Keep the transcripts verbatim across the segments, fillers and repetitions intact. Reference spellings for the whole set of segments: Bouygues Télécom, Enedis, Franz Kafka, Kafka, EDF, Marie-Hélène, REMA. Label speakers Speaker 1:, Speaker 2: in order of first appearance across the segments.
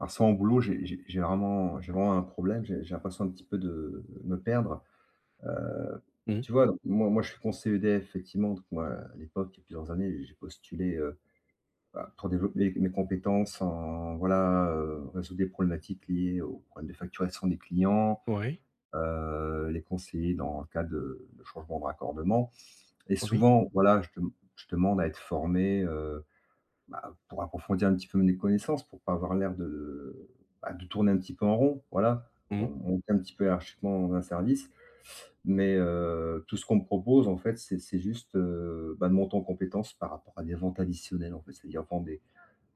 Speaker 1: Alors sans au boulot, j'ai j'ai j'ai vraiment j'ai vraiment un problème, j'ai j'ai l'impression un petit peu de me perdre. Heu,
Speaker 2: Mmh.
Speaker 1: Tu vois? Moi moi, je suis conseiller E D F effectivement. Donc moi, à l'époque, il y a plusieurs années, j'ai postulé, heu, bah, pour développer mes compétences en, voilà, heu, résoudre des problématiques liées aux problèmes de facturation des clients,
Speaker 2: Oui,
Speaker 1: heu, les conseiller dans le cas de de changement de raccordement. Et
Speaker 2: oui.
Speaker 1: souvent, voilà, je dem je demande à être formé, heu bah, pour approfondir un petit peu mes connaissances, pour pas avoir l'air de, bah, de tourner un petit peu en rond, voilà. On
Speaker 2: Mmh.
Speaker 1: on est un petit peu hiérarchiquement dans un service, mais heu, tout ce qu'on me propose, en fait, c'est c'est juste, heu, bah, de monter en compétence par rapport à des ventes additionnelles, en fait. C'est-à-dire vendre des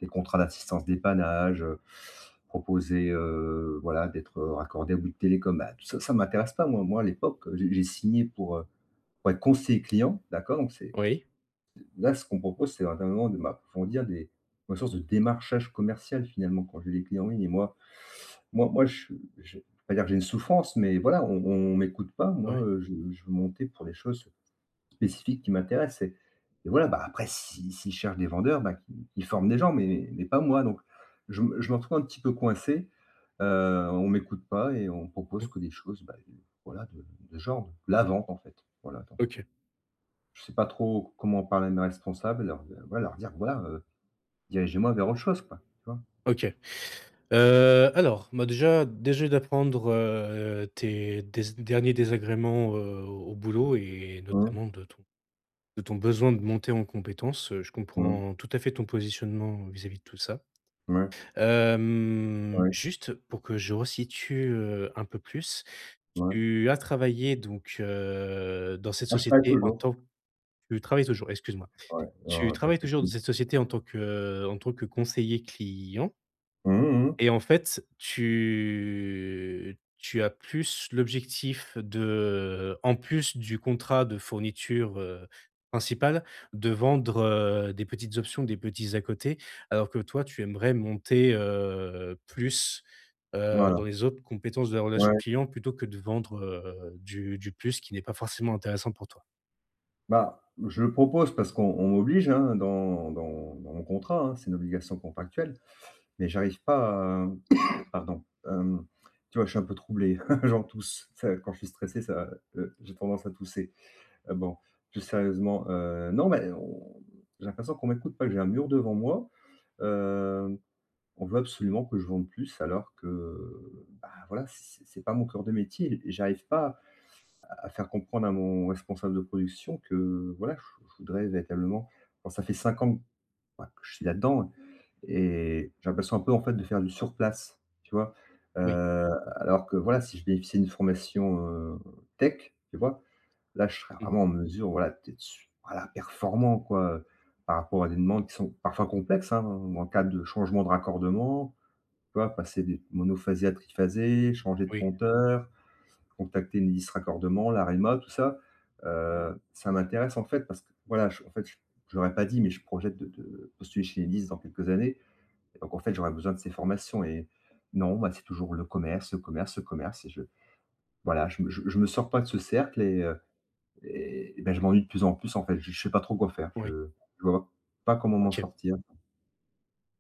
Speaker 1: des contrats d'assistance dépannage, heu, proposer, heu, voilà, d'être raccordé à Bouygues Télécom. Bah, tout ça, ça m'intéresse pas moi. Moi, à l'époque, j'ai j'ai signé pour, heu, pour être conseiller client, d'accord? Donc c'est…
Speaker 2: Oui,
Speaker 1: Là, ce qu'on propose, c'est vraiment de m'approfondir des… une sorte de démarchage commercial finalement quand j'ai des clients en ligne. Et moi moi moi je je vais pas dire que j'ai une souffrance, mais voilà, on on m'écoute pas. Moi,
Speaker 2: oui.
Speaker 1: heu, je je veux monter pour les choses spécifiques qui m'intéressent. et et voilà, bah, après, si s'ils cherchent des vendeurs, bah, qu'ils qu'ils forment des gens, mais mais pas moi. Donc je me… je me retrouve un petit peu coincé, heu, on m'écoute pas et on propose
Speaker 2: Mmh.
Speaker 1: que des choses, bah, voilà, de… de genre de la vente en fait. Voilà.
Speaker 2: OK,
Speaker 1: Je sais pas trop comment parler à mes responsables, leur… ouais, leur dire: «Voilà, heu, dirigez-moi vers autre chose, quoi», tu vois?
Speaker 2: OK. Heu, alors, bah, déjà déjà d'apprendre, heu, tes dés derniers désagréments, heu, au boulot et
Speaker 1: Mmh,
Speaker 2: notamment de ton de ton besoin de monter en compétences, heu, je
Speaker 1: mmh.
Speaker 2: comprends tout à fait ton positionnement vis-à-vis de tout ça.
Speaker 1: Ouais,
Speaker 2: Hem,
Speaker 1: ouais,
Speaker 2: juste pour que je resitue, heu, un peu plus,
Speaker 1: ouais.
Speaker 2: tu as travaillé donc, heu, dans cette
Speaker 1: Moi, je travaille
Speaker 2: société en
Speaker 1: toujours.
Speaker 2: tant tu travailles toujours, excuse-moi.
Speaker 1: Ouais, non,
Speaker 2: Tu
Speaker 1: ouais, pas de
Speaker 2: travailles toujours dans
Speaker 1: souci.
Speaker 2: cette société en tant que euh, en tant que conseiller client
Speaker 1: Mmh mh, mmh.
Speaker 2: et en fait, tu tu as plus l'objectif de en plus du contrat de fourniture, heu, principale, de vendre, heu, des petites options, des petits à côté, alors que toi, tu aimerais monter, heu, plus, heu,
Speaker 1: Voilà,
Speaker 2: dans les autres compétences de la relation
Speaker 1: ouais.
Speaker 2: client plutôt que de vendre, heu, du du plus qui n'est pas forcément intéressant pour toi.
Speaker 1: Bah, je le propose parce qu'on on m'oblige, hein, dans dans dans mon contrat, hein, c'est une obligation contractuelle, mais j'arrive pas à… pardon, hem, tu vois, je suis un peu troublé, j'en tousse. Ça, quand je suis stressé, ça, heu, j'ai tendance à tousser. Heu, bon, plus sérieusement, heu, non, mais on… j'ai l'impression qu'on m'écoute pas, que j'ai un mur devant moi. Hem, on veut absolument que je vende plus, alors que, bah, voilà, c'est c'est pas mon cœur de métier. Et j'arrive pas à… à faire comprendre à mon responsable de production que, voilà, je je voudrais véritablement… bon, ça fait cinq ans, bah, que je suis là-dedans. Et j'ai l'impression un peu, en fait, de faire du surplace, tu vois?
Speaker 2: Oui.
Speaker 1: Heu, alors que, voilà, si je bénéficiais d'une formation, heu, tech, tu vois? Là, je serais
Speaker 2: Mmh.
Speaker 1: vraiment en mesure, voilà, d'être su… voilà, performant, quoi, par rapport à des demandes qui sont parfois complexes, hein, ou en cas de changement de raccordement, tu vois? Passer des monophasés à triphasés, changer de
Speaker 2: Oui.
Speaker 1: compteur, contacter une liste raccordement, la réma, tout ça, heu, ça m'intéresse, en fait, parce que, voilà, je… en fait, je je l'aurais pas dit, mais je projette de de postuler chez Enedis dans quelques années. Et donc en fait, j'aurais besoin de ces formations. Et non, bah, c'est toujours le commerce, le commerce, le commerce. Et je… voilà, je me… je je me sors pas de ce cercle. Et heu, et, et ben, je m'ennuie de plus en plus, en fait. Je je sais pas trop quoi faire.
Speaker 2: Oui.
Speaker 1: Je… je vois pas comment m'en
Speaker 2: OK.
Speaker 1: sortir.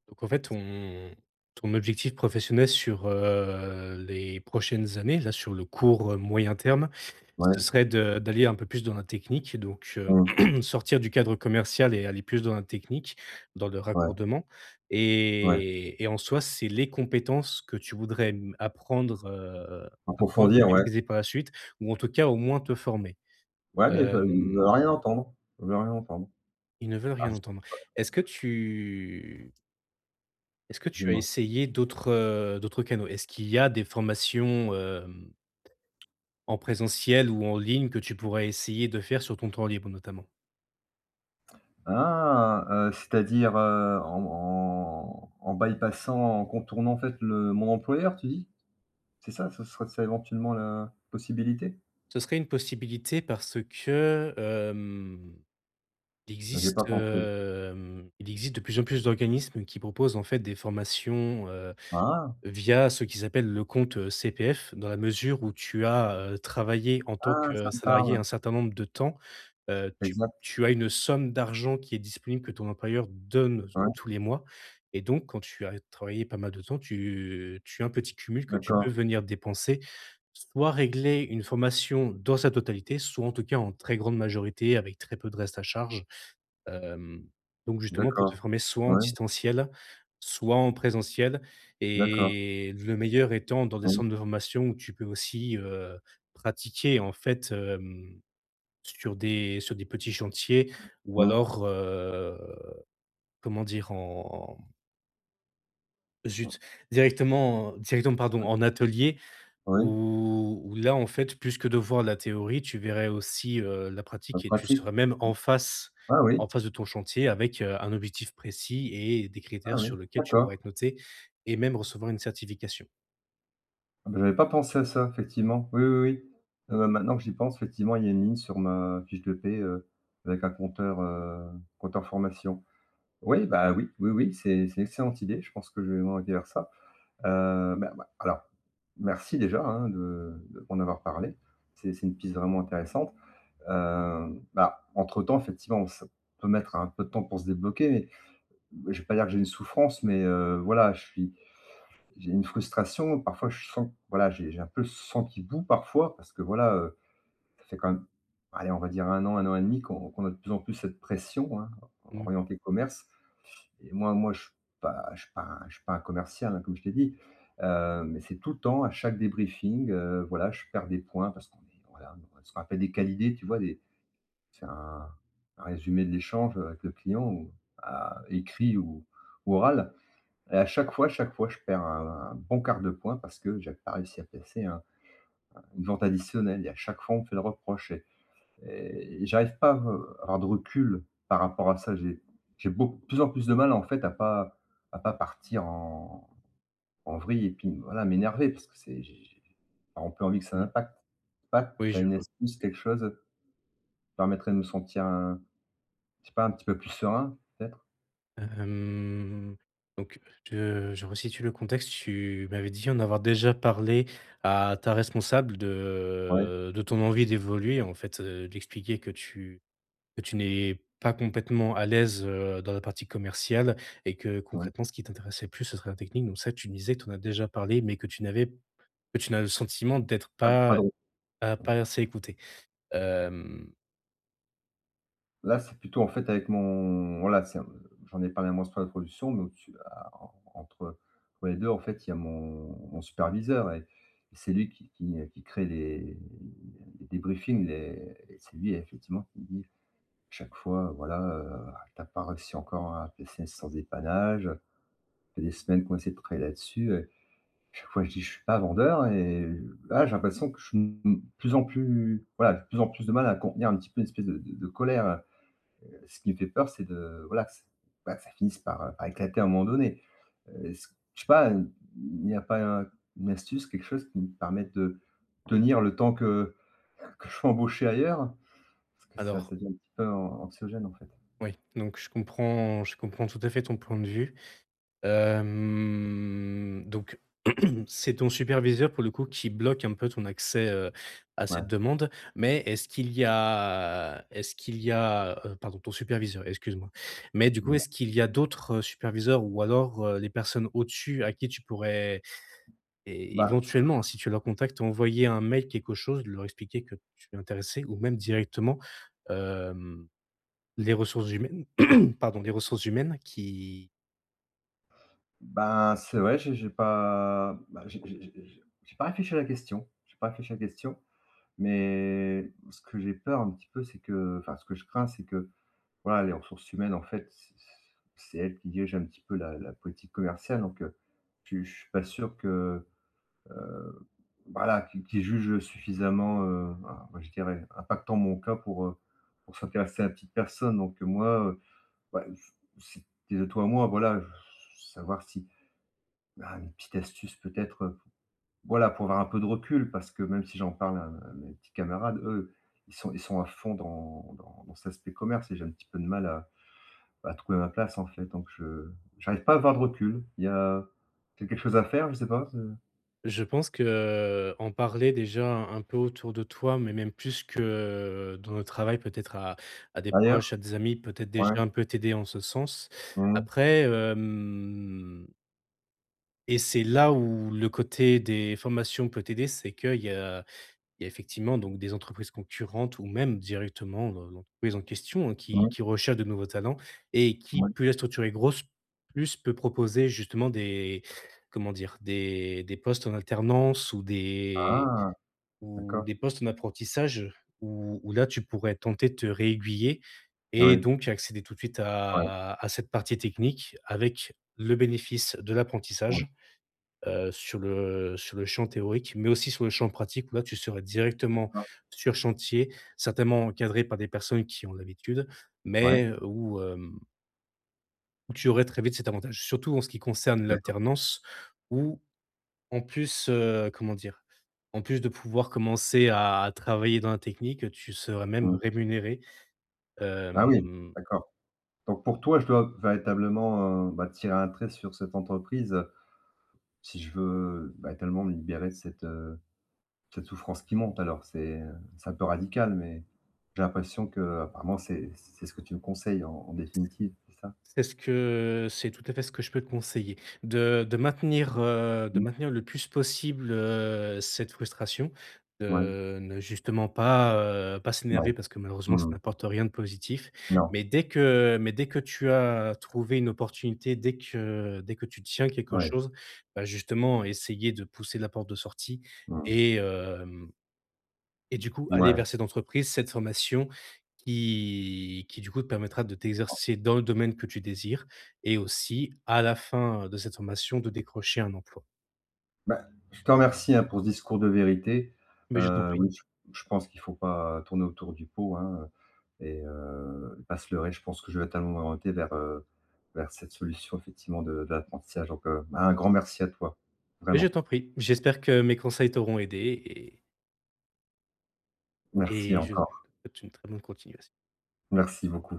Speaker 2: Donc en fait, ton ton objectif professionnel sur, heu, les prochaines années, là, sur le court, heu, moyen terme,
Speaker 1: Ouais,
Speaker 2: ce serait de d'aller un peu plus dans la technique, donc heu,
Speaker 1: mmh,
Speaker 2: sortir du cadre commercial et aller plus dans la technique, dans le
Speaker 1: ouais,
Speaker 2: raccordement
Speaker 1: ouais.
Speaker 2: et et en soi, c'est les compétences que tu voudrais, mmh, apprendre, heu, apprendre et
Speaker 1: Approfondir, ouais.
Speaker 2: maîtriser par la suite ou en tout cas, au moins te former.
Speaker 1: Ouais, mais ils veulent ils veulent
Speaker 2: Hem,
Speaker 1: rien entendre. Ils veulent rien entendre.
Speaker 2: Ils ne veulent
Speaker 1: Ah,
Speaker 2: rien entendre. Est-ce que tu Est-ce que tu as
Speaker 1: dis-moi.
Speaker 2: essayé d'autres, heu, d'autres canaux? Est-ce qu'il y a des formations, hem, en présentiel ou en ligne que tu pourrais essayer de faire sur ton temps libre notamment?
Speaker 1: Ah, heu, c'est-à-dire, heu, en en en bypassant, en contournant, en fait, le… mon employeur, tu dis? C'est ça? Ce serait ça éventuellement la possibilité?
Speaker 2: Ce serait une possibilité parce que, hem, il
Speaker 1: J'y ai
Speaker 2: existe,
Speaker 1: pas pensé.
Speaker 2: hem, il existe de plus en plus d'organismes qui proposent en fait des formations,
Speaker 1: Ah!
Speaker 2: via ce qu'ils appellent le compte, heu, C P F, dans la mesure où tu as, heu, travaillé en tant
Speaker 1: Ah,
Speaker 2: que
Speaker 1: ça
Speaker 2: euh,
Speaker 1: me
Speaker 2: salarié
Speaker 1: parle.
Speaker 2: un certain nombre de temps, heu, tu
Speaker 1: Exact.
Speaker 2: tu as une somme d'argent qui est disponible, que ton employeur donne
Speaker 1: Ouais,
Speaker 2: tous les mois et donc quand tu as travaillé pas mal de temps, tu tu as un petit cumul que tu peux
Speaker 1: d'accord,
Speaker 2: venir dépenser, soit régler une formation dans sa totalité, soit en tout cas en très grande majorité avec très peu de reste à charge. Hem, donc justement pour te
Speaker 1: d'accord.
Speaker 2: former soit en
Speaker 1: Ouais,
Speaker 2: distanciel, soit en présentiel
Speaker 1: d'accord.
Speaker 2: et le meilleur étant dans des
Speaker 1: Mmh,
Speaker 2: centres de formation où tu peux aussi, heu, pratiquer en fait, hem, sur des sur des petits chantiers ou
Speaker 1: mmh.
Speaker 2: alors, heu, comment dire? En zut, directement directement pardon, en atelier
Speaker 1: Oui,
Speaker 2: où où là, en fait, plus que de voir la théorie, tu verrais aussi, heu, la
Speaker 1: bah,
Speaker 2: pratique et tu
Speaker 1: pratique.
Speaker 2: serais même en face
Speaker 1: Ah
Speaker 2: en
Speaker 1: oui,
Speaker 2: face de ton chantier avec, heu, un objectif précis et des
Speaker 1: ah
Speaker 2: critères sur
Speaker 1: oui,
Speaker 2: lesquels tu pourrais
Speaker 1: d'accord.
Speaker 2: être noté et même recevoir une certification.
Speaker 1: Ah bah, j'avais pas pensé à ça, effectivement. Oui, oui, oui. Heu, maintenant que j'y pense, effectivement, il y a une ligne sur ma fiche de paie, heu, avec un compteur, heu, compteur formation. Oui, bah, oui, oui, oui, c'est c'est une excellente idée. Je pense que je vais m'orienter vers ça. Heu, bah, bah, alors, merci déjà, hein, de de m'en avoir parlé. C'est c'est une piste vraiment intéressante. Heu, bah, entre-temps, effectivement, ça peut mettre un peu de temps pour se débloquer, mais je ne vais pas dire que j'ai une souffrance, mais heu, voilà, je suis… J'ai une frustration, parfois je sens, voilà, j'ai j'ai un peu le sang qui bout parfois, parce que voilà, heu, ça fait quand même, allez, on va dire un an, un an et demi qu'on qu'on a de plus en plus cette pression, hein,
Speaker 2: Mmh.
Speaker 1: orientée commerce. Et moi moi je suis pas… je suis pas un… je suis pas un commercial, hein, comme je t'ai dit, heu, mais c'est tout le temps, à chaque débriefing, heu, voilà, je perds des points parce qu'on est… voilà, ce qu'on appelle des qualités, tu vois? Des… c'est un… un résumé de l'échange avec le client ou à écrit ou… ou oral. Et à chaque fois, chaque fois, je perds un… un bon quart de point parce que j'avais pas réussi à placer un… une vente additionnelle. Et à chaque fois, on me fait le reproche. et et j'arrive pas à avoir de recul par rapport à ça. J'ai j'ai beaucoup plus… en plus de mal, en fait, à pas… à pas partir en… en vrille et puis, voilà, m'énerver parce que c'est… j'ai j'ai… on peut envie que ça impacte. Pas.
Speaker 2: Oui,
Speaker 1: Tu as
Speaker 2: je
Speaker 1: une
Speaker 2: vois.
Speaker 1: astuce, quelque chose, qui permettrait de me sentir un… je sais pas, un petit peu plus serein, peut-être?
Speaker 2: Hem, donc je je resitue le contexte. Tu m'avais dit en avoir déjà parlé à ta responsable
Speaker 1: Ouais,
Speaker 2: de de ton envie d'évoluer en fait, heu, d'expliquer que tu que tu n'es pas complètement à l'aise, heu, dans la partie commerciale et que
Speaker 1: mmh.
Speaker 2: concrètement, ce qui t'intéressait plus, ce serait la technique. Donc ça, tu me disais que tu en as déjà parlé, mais que tu n'avais que tu n'as le sentiment d'être
Speaker 1: Pas… pas
Speaker 2: pas
Speaker 1: de…
Speaker 2: à pas assez écouté. Hem,
Speaker 1: Là, c'est plutôt en fait avec mon… voilà, c'est un… j'en ai parlé à mon responsable de production, mais au-dessus, à… en… entre entre les deux, en fait, il y a mon… mon superviseur. et et c'est lui qui qui, qui crée les… les débriefings, les… et c'est lui effectivement qui dit chaque fois, voilà, heu: «Tu pas réussi encore à placer sans dépannage, ça fait des semaines qu'on essaie de travailler là-dessus». Et chaque fois, je dis: «Je suis pas vendeur». Et là, j'ai l'impression que je suis de plus en plus… voilà, j'ai de plus en plus de mal à contenir un petit peu une espèce de de de colère. Ce qui me fait peur, c'est de… voilà, que, ça… bah, que ça finisse par, euh, par éclater à un moment donné. Heu, est-ce… je sais pas, il n'y a pas un… une astuce, quelque chose qui me permette de tenir le temps que… que je sois embauché ailleurs? Parce que ça…
Speaker 2: alors
Speaker 1: ça devient un petit peu an… anxiogène, en fait.
Speaker 2: oui, donc je comprends je comprends tout à fait ton point de vue. Hem, donc C'est ton superviseur, pour le coup, qui bloque un peu ton accès, heu, à
Speaker 1: Ouais,
Speaker 2: cette demande. Mais est-ce qu'il y a est-ce qu'il y a, heu pardon, ton superviseur, excuse-moi. Mais du coup,
Speaker 1: ouais.
Speaker 2: est-ce qu'il y a d'autres, heu, superviseurs ou alors, heu, les personnes au-dessus à qui tu pourrais é
Speaker 1: Bah,
Speaker 2: éventuellement, hein, si tu leur contactes, envoyer un mail, quelque chose, leur expliquer que tu es intéressé ou même directement, hem, les ressources humaines pardon, les ressources humaines qui…
Speaker 1: ben, c'est vrai, j'ai j'ai pas… bah, j'ai j'ai j'ai j'ai j'ai pas réfléchi à la question, j'ai pas réfléchi à la question, mais ce que j'ai peur un petit peu, c'est que… enfin, ce que je crains, c'est que… Voilà, les ressources humaines, en fait, c c'est elle qui dirige un petit peu la la politique commerciale, donc heu, je je suis pas sûr que, heu, voilà, qui… qu'ils jugent suffisamment, heu, ah, moi, je dirais, impactant mon cas pour, heu, pour s'intéresser à la petite personne. Donc heu, moi, heu, bah, je… c'était de toi à moi, voilà, je… savoir si, ah, une petite astuce peut-être, heu, voilà, pour avoir un peu de recul parce que même si j'en parle à… à mes petits camarades, eux, ils sont ils sont à fond dans dans dans cet aspect commerce. Et j'ai un petit peu de mal à… à trouver ma place, en fait, donc je… j'arrive pas à avoir de recul. Il y a… c'est quelque chose à faire, je sais pas, c'est…
Speaker 2: Je pense que, heu, en parler déjà un peu autour de toi, mais même plus que euh, dans le travail, peut-être à à des
Speaker 1: ailleurs?
Speaker 2: proches, à des amis, peut-être
Speaker 1: Ouais.
Speaker 2: déjà un peu t'aider en ce sens.
Speaker 1: Mmh.
Speaker 2: Après, hem et c'est là où le côté des formations peut t'aider, c'est qu'il y a il y a effectivement donc des entreprises concurrentes ou même directement l'en l'entreprise en question, hein, qui
Speaker 1: Mmh.
Speaker 2: qui recherche de nouveaux talents et qui,
Speaker 1: Ouais.
Speaker 2: plus la structure est grosse, plus peut proposer justement des… comment dire? Des des postes en alternance ou des…
Speaker 1: Ah!
Speaker 2: ou
Speaker 1: D'accord.
Speaker 2: des postes en apprentissage où où là, tu pourrais tenter de te réaiguiller et
Speaker 1: Ouais.
Speaker 2: donc accéder tout de suite
Speaker 1: Ouais.
Speaker 2: à à cette partie technique avec le bénéfice de
Speaker 1: Ouais,
Speaker 2: l'apprentissage, heu, sur le sur le champ théorique, mais aussi sur le champ pratique où là, tu serais directement
Speaker 1: d'accord.
Speaker 2: sur chantier, certainement encadré par des personnes qui ont l'habitude,
Speaker 1: Ouais.
Speaker 2: mais où, hem, où tu aurais très vite cet avantage. Surtout en ce qui concerne
Speaker 1: D'accord.
Speaker 2: l'alternance où en plus, heu, comment dire? En plus de pouvoir commencer à à travailler dans la technique, tu serais même
Speaker 1: Mmh.
Speaker 2: rémunéré.
Speaker 1: Ah oui,
Speaker 2: Hem
Speaker 1: d'accord. Donc pour toi, je dois véritablement, heu, bah, tirer un trait sur cette entreprise, heu, si je veux… bah, tellement me libérer de cette, heu, cette souffrance qui monte alors. C'est, heu, c'est un peu radical, mais j'ai l'impression que apparemment c'est c'est ce que tu me conseilles en… en définitive, c'est ça?
Speaker 2: C'est ce que c'est tout à fait ce que je peux te conseiller. De de maintenir, heu, de
Speaker 1: Mmh.
Speaker 2: maintenir le plus possible, heu, cette frustration,
Speaker 1: Ouais.
Speaker 2: de ne justement pas, heu, pas
Speaker 1: Ouais.
Speaker 2: s'énerver parce que malheureusement ça
Speaker 1: Mmh.
Speaker 2: n'apporte rien de positif.
Speaker 1: Non,
Speaker 2: Mais dès que mais dès que tu as trouvé une opportunité, dès que dès que tu tiens quelque
Speaker 1: ouais,
Speaker 2: chose, bah, justement essayer de pousser la porte de sortie
Speaker 1: mmh,
Speaker 2: et hem et du coup, aller
Speaker 1: ouais.
Speaker 2: vers cette entreprise, cette formation qui qui du coup te permettra de t'exercer dans le domaine que tu désires et aussi à la fin de cette formation de décrocher un emploi.
Speaker 1: Bah, je te remercie, hein, pour ce discours de vérité.
Speaker 2: Mais je t'en
Speaker 1: Heu,
Speaker 2: prie,
Speaker 1: oui, je… je pense qu'il faut pas tourner autour du pot, hein, et heu, pas se leurrer. Je pense que je vais totalement m'orienter vers, heu, vers cette solution effectivement de de l'apprentissage. Donc heu, bah, un grand merci à toi,
Speaker 2: mais je
Speaker 1: vraiment.
Speaker 2: t'en prie. J'espère que mes conseils t'auront aidé et
Speaker 1: Merci
Speaker 2: et je te
Speaker 1: encore.
Speaker 2: souhaite une très bonne continuation.
Speaker 1: Merci beaucoup.